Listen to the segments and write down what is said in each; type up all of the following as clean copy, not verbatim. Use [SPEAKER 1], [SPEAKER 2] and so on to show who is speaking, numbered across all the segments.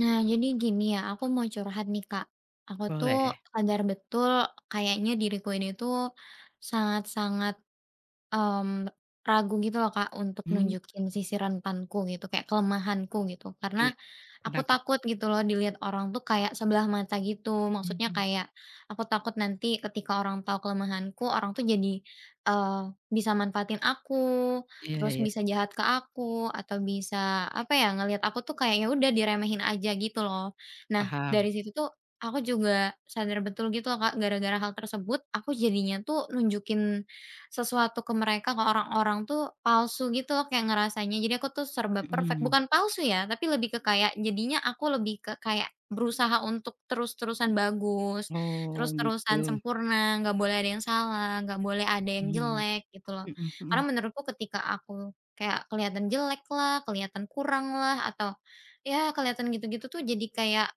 [SPEAKER 1] Nah, jadi gini ya, aku mau curhat nih, Kak. Aku tuh
[SPEAKER 2] Boleh.
[SPEAKER 1] sadar betul kayaknya diriku ini tuh sangat-sangat Mmm, ragu gitu loh Kak untuk
[SPEAKER 2] Mmm,
[SPEAKER 1] nunjukin sisi rentanku gitu, kayak kelemahanku gitu.
[SPEAKER 2] iya.
[SPEAKER 1] Karena aku
[SPEAKER 2] Kenapa?
[SPEAKER 1] takut gitu loh dilihat orang tuh kayak sebelah mata gitu. Maksudnya
[SPEAKER 2] Mhm.
[SPEAKER 1] kayak aku takut nanti ketika orang tahu kelemahanku, orang tuh jadi, eee, bisa manfaatin aku,
[SPEAKER 2] Iya,
[SPEAKER 1] terus
[SPEAKER 2] iya,
[SPEAKER 1] bisa jahat ke aku, atau bisa apa ya, ngelihat aku tuh kayak ya udah diremehin aja gitu loh. Nah,
[SPEAKER 2] paham.
[SPEAKER 1] dari situ tuh aku juga sadar betul gitu loh Kak, gara-gara hal tersebut aku jadinya tuh nunjukin sesuatu ke mereka, ke orang-orang tuh palsu gitu loh kayak ngerasanya. Jadi aku tuh serba perfect,
[SPEAKER 2] Mhm.
[SPEAKER 1] bukan palsu ya, tapi lebih ke kayak jadinya aku lebih ke kayak berusaha untuk terus-terusan bagus,
[SPEAKER 2] Oh, gitu.
[SPEAKER 1] terus-terusan sempurna, nggak boleh ada yang salah, nggak boleh ada yang
[SPEAKER 2] Mhm.
[SPEAKER 1] jelek gitu loh.
[SPEAKER 2] Mhm
[SPEAKER 1] Karena
[SPEAKER 2] mhm.
[SPEAKER 1] menurutku ketika aku kayak kelihatan jelek lah, kelihatan kurang lah, atau ya kelihatan gitu-gitu tuh jadi kayak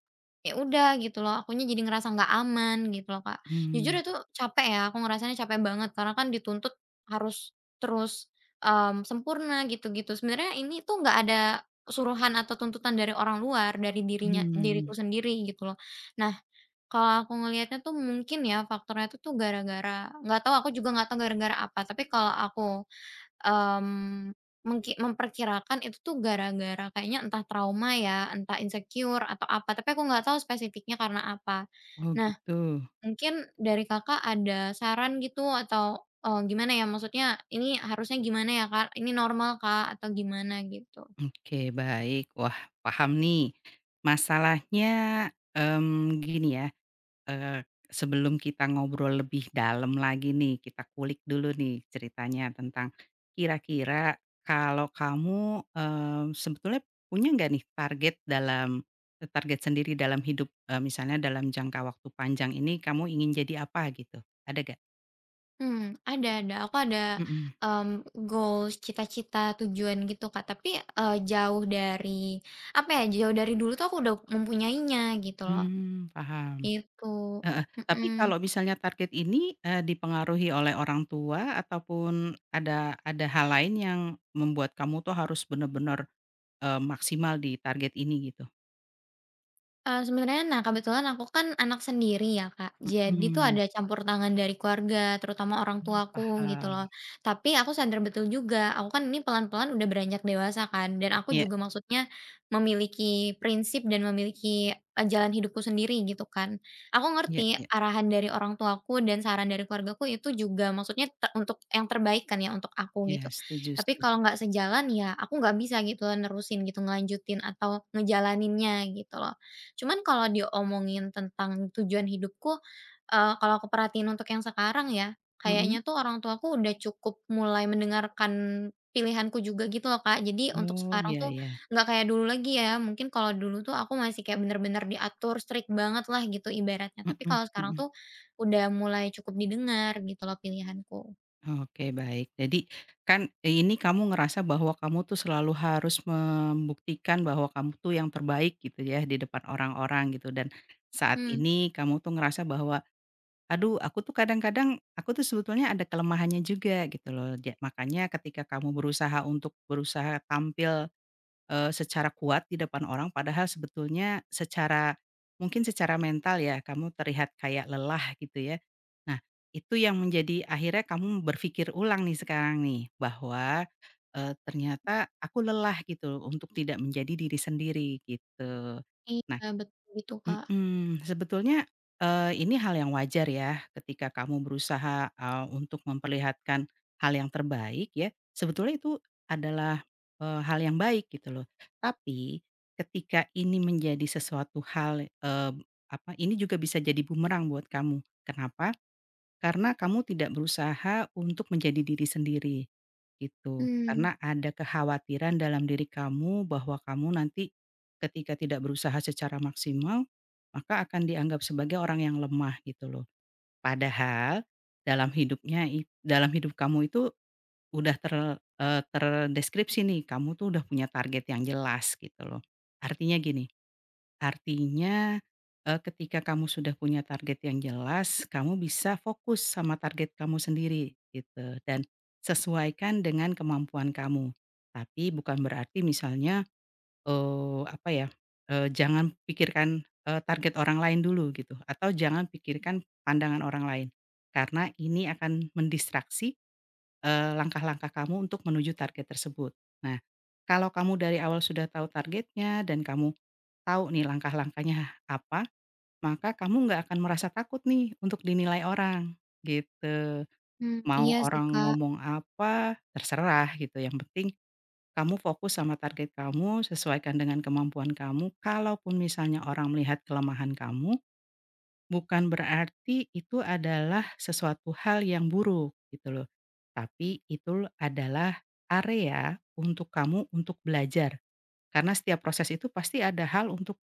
[SPEAKER 1] ya udah gitu loh akunya jadi ngerasa nggak aman gitu loh Kak. Jujur
[SPEAKER 2] Mmm.
[SPEAKER 1] itu capek ya, aku ngerasanya capek banget karena kan dituntut harus terus, sempurna gitu-gitu. Sebenarnya ini tuh nggak ada suruhan atau tuntutan dari orang luar, dari
[SPEAKER 2] Mmm.
[SPEAKER 1] diriku sendiri gitu loh. Nah, kalau aku ngelihatnya tuh mungkin ya faktornya itu tuh gara-gara nggak tahu aku juga nggak tahu gara-gara apa, tapi kalau aku, mmm, memperkirakan itu tuh gara-gara kayaknya entah trauma ya, entah insecure atau apa, tapi aku nggak tahu spesifiknya karena apa.
[SPEAKER 2] Oh,
[SPEAKER 1] Nah,
[SPEAKER 2] gitu.
[SPEAKER 1] mungkin dari Kakak ada saran gitu atau, gimana ya maksudnya, "Ini harusnya gimana ya, Kak? Ini normal Kak, atau gimana gitu?"
[SPEAKER 2] Oke, baik. Wah, paham nih. Masalahnya, mmm, gini ya. Sebelum kita ngobrol lebih dalam lagi nih, kita kulik dulu nih ceritanya tentang kira-kira kalau kamu, sebetulnya punya nggak nih target dalam target sendiri dalam hidup? Misalnya dalam jangka waktu panjang ini kamu ingin jadi apa gitu, ada nggak?
[SPEAKER 1] Ada ada. Aku ada,
[SPEAKER 2] Mhm,
[SPEAKER 1] goals, cita-cita, tujuan gitu, Kak. Tapi, jauh dari apa ya, jauh dari dulu tuh aku udah mempunyainya gitu loh.
[SPEAKER 2] paham,
[SPEAKER 1] Itu.
[SPEAKER 2] heeh. Tapi
[SPEAKER 1] Mhm.
[SPEAKER 2] kalau misalnya target ini, dipengaruhi oleh orang tua ataupun ada hal lain yang membuat kamu tuh harus benar-benar maksimal di target ini gitu.
[SPEAKER 1] Sebenarnya nah kebetulan aku kan anak sendiri ya Kak, jadi tuh
[SPEAKER 2] Mhm,
[SPEAKER 1] ada campur tangan dari keluarga, terutama orang tuaku gitu
[SPEAKER 2] paham.
[SPEAKER 1] loh. Tapi aku sadar betul juga, aku kan ini pelan-pelan udah beranjak dewasa kan, dan aku
[SPEAKER 2] Iya,
[SPEAKER 1] juga maksudnya memiliki prinsip dan memiliki, jalan hidupku sendiri gitu kan. Aku
[SPEAKER 2] iya,
[SPEAKER 1] ngerti
[SPEAKER 2] iya,
[SPEAKER 1] arahan dari orang tuaku dan saran dari keluargaku itu juga maksudnya untuk yang terbaik kan ya untuk aku
[SPEAKER 2] iya,
[SPEAKER 1] gitu.
[SPEAKER 2] setuju,
[SPEAKER 1] Tapi kalau
[SPEAKER 2] setuju.
[SPEAKER 1] nggak sejalan ya aku nggak bisa gitu nerusin gitu, ngelanjutin atau ngejalaninnya gitu loh. Cuman kalau diomongin tentang tujuan hidupku, kalau aku perhatiin untuk yang sekarang ya,
[SPEAKER 2] Mhm.
[SPEAKER 1] kayaknya tuh orang tuaku udah cukup mulai mendengarkan pilihanku juga gitu loh, Kak. Jadi untuk
[SPEAKER 2] Oh,
[SPEAKER 1] sekarang
[SPEAKER 2] iya,
[SPEAKER 1] tuh
[SPEAKER 2] iya.
[SPEAKER 1] nggak kayak dulu lagi ya, mungkin kalau dulu tuh aku masih kayak bener-bener diatur strict banget lah gitu ibaratnya. Tapi
[SPEAKER 2] Mhm
[SPEAKER 1] kalau sekarang
[SPEAKER 2] mhm.
[SPEAKER 1] tuh udah mulai cukup didengar gitu loh pilihanku.
[SPEAKER 2] Oke, baik. Jadi kan, ini kamu ngerasa bahwa kamu tuh selalu harus membuktikan bahwa kamu tuh yang terbaik gitu ya di depan orang-orang gitu, dan saat
[SPEAKER 1] Hmm,
[SPEAKER 2] ini kamu tuh ngerasa bahwa, "Aduh, aku tuh kadang-kadang aku tuh sebetulnya ada kelemahannya juga," gitu loh. Makanya ketika kamu berusaha untuk berusaha tampil secara kuat di depan orang padahal sebetulnya secara mungkin secara mental ya kamu terlihat kayak lelah gitu ya. Nah, itu yang menjadi akhirnya kamu berpikir ulang nih sekarang nih bahwa, ternyata aku lelah gitu untuk tidak menjadi diri sendiri gitu. Nah,
[SPEAKER 1] iya betul gitu, Kak.
[SPEAKER 2] mhm, sebetulnya, ini hal yang wajar ya ketika kamu berusaha, untuk memperlihatkan hal yang terbaik ya, sebetulnya itu adalah, hal yang baik gitu loh. Tapi ketika ini menjadi sesuatu hal, apa, ini juga bisa jadi bumerang buat kamu. Kenapa? Karena kamu tidak berusaha untuk menjadi diri sendiri, gitu.
[SPEAKER 1] Mmm,
[SPEAKER 2] Karena ada kekhawatiran dalam diri kamu bahwa kamu nanti ketika tidak berusaha secara maksimal, maka akan dianggap sebagai orang yang lemah gitu loh. Padahal dalam hidup kamu itu udah ter terdeskripsi nih, kamu tuh udah punya target yang jelas gitu loh. Artinya gini Artinya, ketika kamu sudah punya target yang jelas, kamu bisa fokus sama target kamu sendiri gitu dan sesuaikan dengan kemampuan kamu. Tapi bukan berarti misalnya, apa ya, jangan pikirkan, target orang lain dulu gitu atau jangan pikirkan pandangan orang lain, karena ini akan mendistraksi, langkah-langkah kamu untuk menuju target tersebut. Nah, kalau kamu dari awal sudah tahu targetnya dan kamu tahu nih langkah-langkahnya apa, maka kamu nggak akan merasa takut nih untuk dinilai orang, gitu.
[SPEAKER 1] mhm, iya
[SPEAKER 2] Mau
[SPEAKER 1] sih,
[SPEAKER 2] orang
[SPEAKER 1] Kak.
[SPEAKER 2] ngomong apa, terserah gitu, yang penting kamu fokus sama target kamu, sesuaikan dengan kemampuan kamu, kalaupun misalnya orang melihat kelemahan kamu, bukan berarti itu adalah sesuatu hal yang buruk, gitu loh. Tapi itu adalah area untuk kamu untuk belajar. Karena setiap proses itu pasti ada hal untuk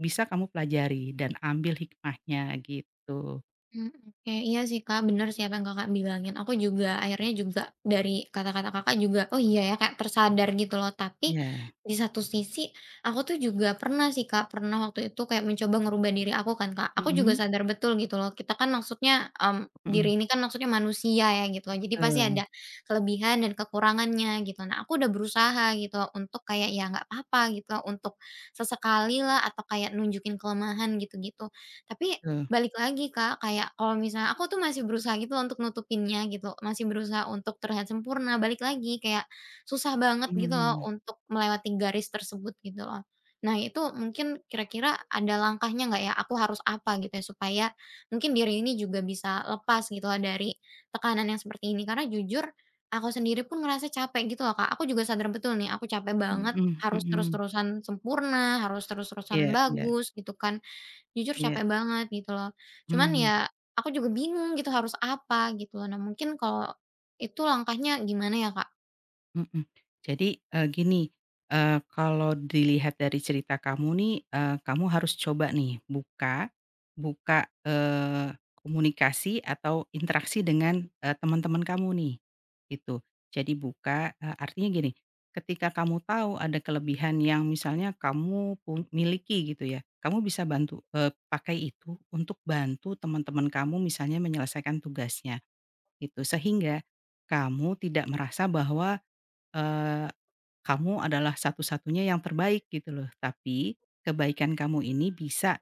[SPEAKER 2] bisa kamu pelajari dan ambil hikmahnya gitu.
[SPEAKER 1] Mmm, oke. Iya sih, Kak, bener sih apa yang Kakak bilangin. Aku juga akhirnya juga dari kata-kata Kakak juga, oh iya ya kayak tersadar gitu loh. Tapi
[SPEAKER 2] Iya.
[SPEAKER 1] di satu sisi aku tuh juga pernah sih, Kak, pernah waktu itu kayak mencoba ngerubah diri aku kan, Kak. Aku juga
[SPEAKER 2] Mhm
[SPEAKER 1] sadar betul gitu loh, kita kan maksudnya, diri
[SPEAKER 2] mhm.
[SPEAKER 1] ini kan maksudnya manusia ya gitu loh. Jadi pasti ada
[SPEAKER 2] Betul,
[SPEAKER 1] kelebihan dan kekurangannya gitu. Nah, aku udah berusaha gitu loh untuk kayak ya nggak apa-apa gitu, loh, untuk sesekali lah atau kayak nunjukin kelemahan gitu-gitu. Tapi,
[SPEAKER 2] betul.
[SPEAKER 1] balik lagi, Kak, kayak kalau misalnya aku tuh masih berusaha gitu untuk nutupinnya gitu, masih berusaha untuk terlihat sempurna, balik lagi kayak susah banget gitu loh
[SPEAKER 2] Mmm.
[SPEAKER 1] untuk melewati garis tersebut gitu loh. Nah, itu mungkin kira-kira ada langkahnya nggak ya, aku harus apa gitu ya, supaya mungkin diri ini juga bisa lepas gitu loh dari tekanan yang seperti ini. Karena jujur aku sendiri pun ngerasa capek gitu loh, Kak, aku juga sadar betul nih aku capek banget
[SPEAKER 2] Mhm
[SPEAKER 1] harus
[SPEAKER 2] mhm.
[SPEAKER 1] terus-terusan sempurna, harus terus-terusan
[SPEAKER 2] Iya, iya,
[SPEAKER 1] bagus gitu kan. Jujur
[SPEAKER 2] iya.
[SPEAKER 1] capek banget gitu loh. Cuman
[SPEAKER 2] Mmm.
[SPEAKER 1] ya aku juga bingung gitu harus apa gitu loh. Nah, mungkin kalau itu langkahnya gimana ya, Kak?
[SPEAKER 2] Mhm. Jadi, gini, kalau dilihat dari cerita kamu nih, kamu harus coba nih buka buka, komunikasi atau interaksi dengan, teman-teman kamu nih, gitu. Jadi buka, artinya gini, ketika kamu tahu ada kelebihan yang misalnya kamu pun miliki gitu ya, kamu bisa bantu, pakai itu untuk bantu teman-teman kamu misalnya menyelesaikan tugasnya, gitu. Sehingga kamu tidak merasa bahwa eee, kamu adalah satu-satunya yang terbaik gitu loh. Tapi kebaikan kamu ini bisa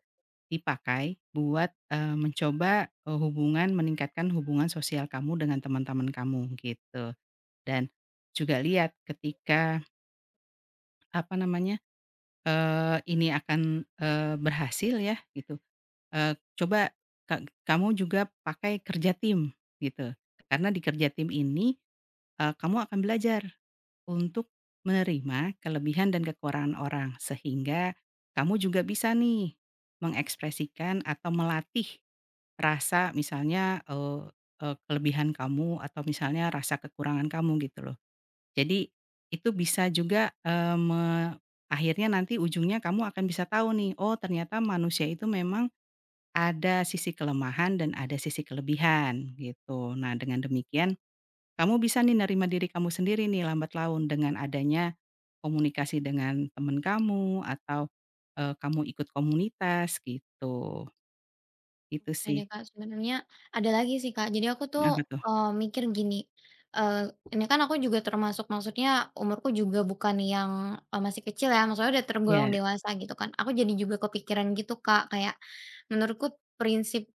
[SPEAKER 2] dipakai buat, mencoba, meningkatkan hubungan sosial kamu dengan teman-teman kamu gitu. Dan juga lihat ketika, apa namanya, ini akan, berhasil ya gitu, coba kamu juga pakai kerja tim gitu. Karena di kerja tim ini, kamu akan belajar untuk menerima kelebihan dan kekurangan orang, sehingga kamu juga bisa nih mengekspresikan atau melatih rasa misalnya, eee eee, kelebihan kamu atau misalnya rasa kekurangan kamu gitu loh. Jadi itu bisa juga, eee, me akhirnya nanti ujungnya kamu akan bisa tahu nih, oh ternyata manusia itu memang ada sisi kelemahan dan ada sisi kelebihan gitu. Nah dengan demikian kamu bisa nih nerima diri kamu sendiri nih lambat laun dengan adanya komunikasi dengan temen kamu atau, kamu ikut komunitas gitu. Itu
[SPEAKER 1] Oke deh,
[SPEAKER 2] sih.
[SPEAKER 1] Kak, sebenarnya ada lagi sih, Kak. Jadi aku
[SPEAKER 2] Mhm,
[SPEAKER 1] tuh,
[SPEAKER 2] apa tuh?
[SPEAKER 1] mikir gini, eee, ini kan aku juga termasuk maksudnya umurku juga bukan yang, masih kecil ya, maksudnya udah tergolong
[SPEAKER 2] Iya,
[SPEAKER 1] dewasa gitu kan. Aku jadi juga kepikiran gitu Kak, kayak menurutku prinsip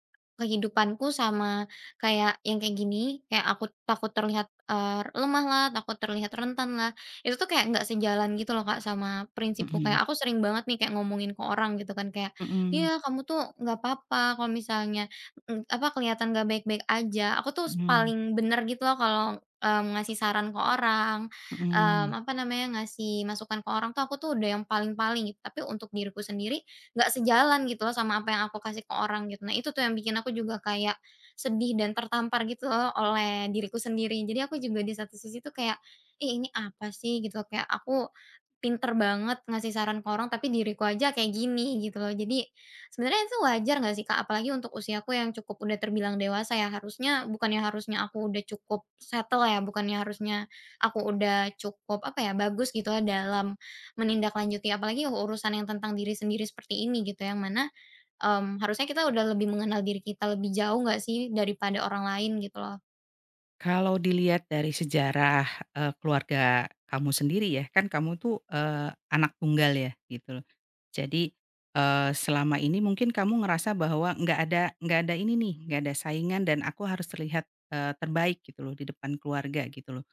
[SPEAKER 1] kehidupanku sama kayak yang kayak gini, kayak aku takut terlihat, lemah lah, takut terlihat rentan lah, itu tuh kayak nggak sejalan gitu loh Kak sama prinsipku.
[SPEAKER 2] mhm,
[SPEAKER 1] Kayak aku sering banget nih kayak ngomongin ke orang gitu kan, kayak
[SPEAKER 2] mhm,
[SPEAKER 1] "Iya, kamu tuh nggak apa-apa kalau misalnya, apa, kelihatan nggak baik-baik aja." Aku tuh
[SPEAKER 2] mhm,
[SPEAKER 1] paling bener gitu loh kalau, ngasih saran ke orang,
[SPEAKER 2] mhm.
[SPEAKER 1] apa namanya, ngasih masukan ke orang tuh aku tuh udah yang paling-paling gitu. Tapi untuk diriku sendiri nggak sejalan gitu loh sama apa yang aku kasih ke orang gitu. Nah, itu tuh yang bikin aku juga kayak sedih dan tertampar gitu loh oleh diriku sendiri. Jadi aku juga di satu sisi tuh kayak, "Ih, ini apa sih?" Gitu loh, kayak aku pinter banget ngasih saran ke orang tapi diriku aja kayak gini gitu loh. Jadi, sebenarnya itu wajar nggak sih, Kak? Apalagi untuk usiaku yang cukup udah terbilang dewasa ya, harusnya bukannya harusnya aku udah cukup settle ya, bukannya harusnya aku udah cukup, apa ya, bagus gitu ya dalam menindaklanjuti apalagi urusan yang tentang diri sendiri seperti ini gitu, ya, yang mana, harusnya kita udah lebih mengenal diri kita lebih jauh nggak sih daripada orang lain gitu loh.
[SPEAKER 2] Kalau dilihat dari sejarah, keluarga kamu sendiri ya, kan kamu tuh, anak tunggal ya, gitu loh. Jadi, selama ini mungkin kamu ngerasa bahwa nggak ada ini nih, nggak ada saingan dan aku harus terlihat, terbaik gitu loh di depan keluarga gitu loh.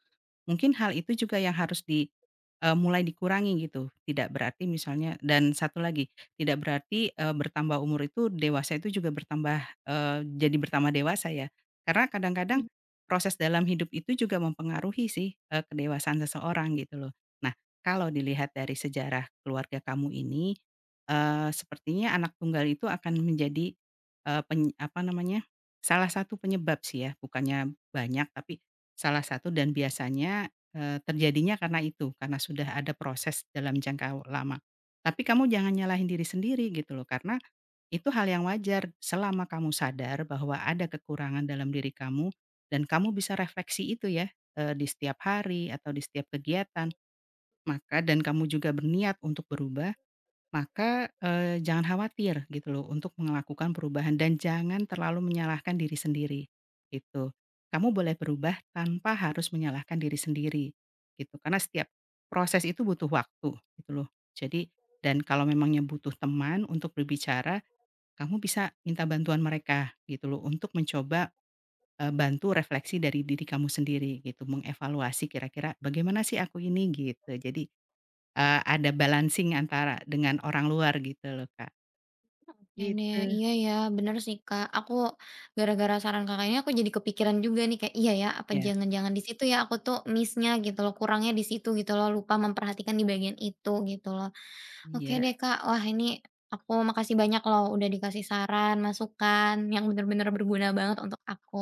[SPEAKER 2] Mungkin hal itu juga yang harus mulai dikurangi gitu. Tidak berarti misalnya dan satu lagi, tidak berarti, bertambah umur itu dewasa itu juga bertambah, jadi bertambah dewasa ya. Karena kadang-kadang proses dalam hidup itu juga mempengaruhi sih, kedewasaan seseorang gitu loh. Nah, kalau dilihat dari sejarah keluarga kamu ini, sepertinya anak tunggal itu akan menjadi, eee, pen apa namanya, salah satu penyebab sih ya, bukannya banyak tapi salah satu, dan biasanya, terjadinya karena itu, karena sudah ada proses dalam jangka lama. Tapi kamu jangan nyalahin diri sendiri gitu loh, karena itu hal yang wajar selama kamu sadar bahwa ada kekurangan dalam diri kamu dan kamu bisa refleksi itu ya, di setiap hari atau di setiap kegiatan, dan kamu juga berniat untuk berubah maka, jangan khawatir gitu loh untuk melakukan perubahan dan jangan terlalu menyalahkan diri sendiri, gitu. Kamu boleh berubah tanpa harus menyalahkan diri sendiri, gitu. Karena setiap proses itu butuh waktu gitu loh. Jadi dan kalau memangnya butuh teman untuk berbicara, kamu bisa minta bantuan mereka gitu loh untuk mencoba, bantu refleksi dari diri kamu sendiri gitu, mengevaluasi kira-kira, "Bagaimana sih aku ini?" Gitu. Jadi ada balancing antara dengan orang luar gitu loh, Kak.
[SPEAKER 1] Bene
[SPEAKER 2] Gitu.
[SPEAKER 1] iya ya, bener sih, Kak. Aku gara-gara saran Kakak ini aku jadi kepikiran juga nih kayak, iya ya, apa
[SPEAKER 2] Ya,
[SPEAKER 1] jangan-jangan di situ ya aku tuh miss-nya gitu loh, kurangnya di situ gitu loh, lupa memperhatikan di bagian itu gitu loh. Oke
[SPEAKER 2] iya,
[SPEAKER 1] deh, Kak. Wah, ini aku makasih banyak loh udah dikasih saran, masukan yang bener-bener berguna banget untuk aku.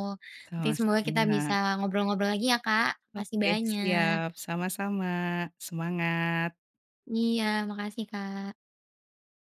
[SPEAKER 1] Nanti semoga kita bisa
[SPEAKER 2] sama-sama.
[SPEAKER 1] ngobrol-ngobrol lagi ya, Kak. Makasih
[SPEAKER 2] Oke,
[SPEAKER 1] banyak.
[SPEAKER 2] siap, sama-sama, semangat.
[SPEAKER 1] Iya, makasih, Kak.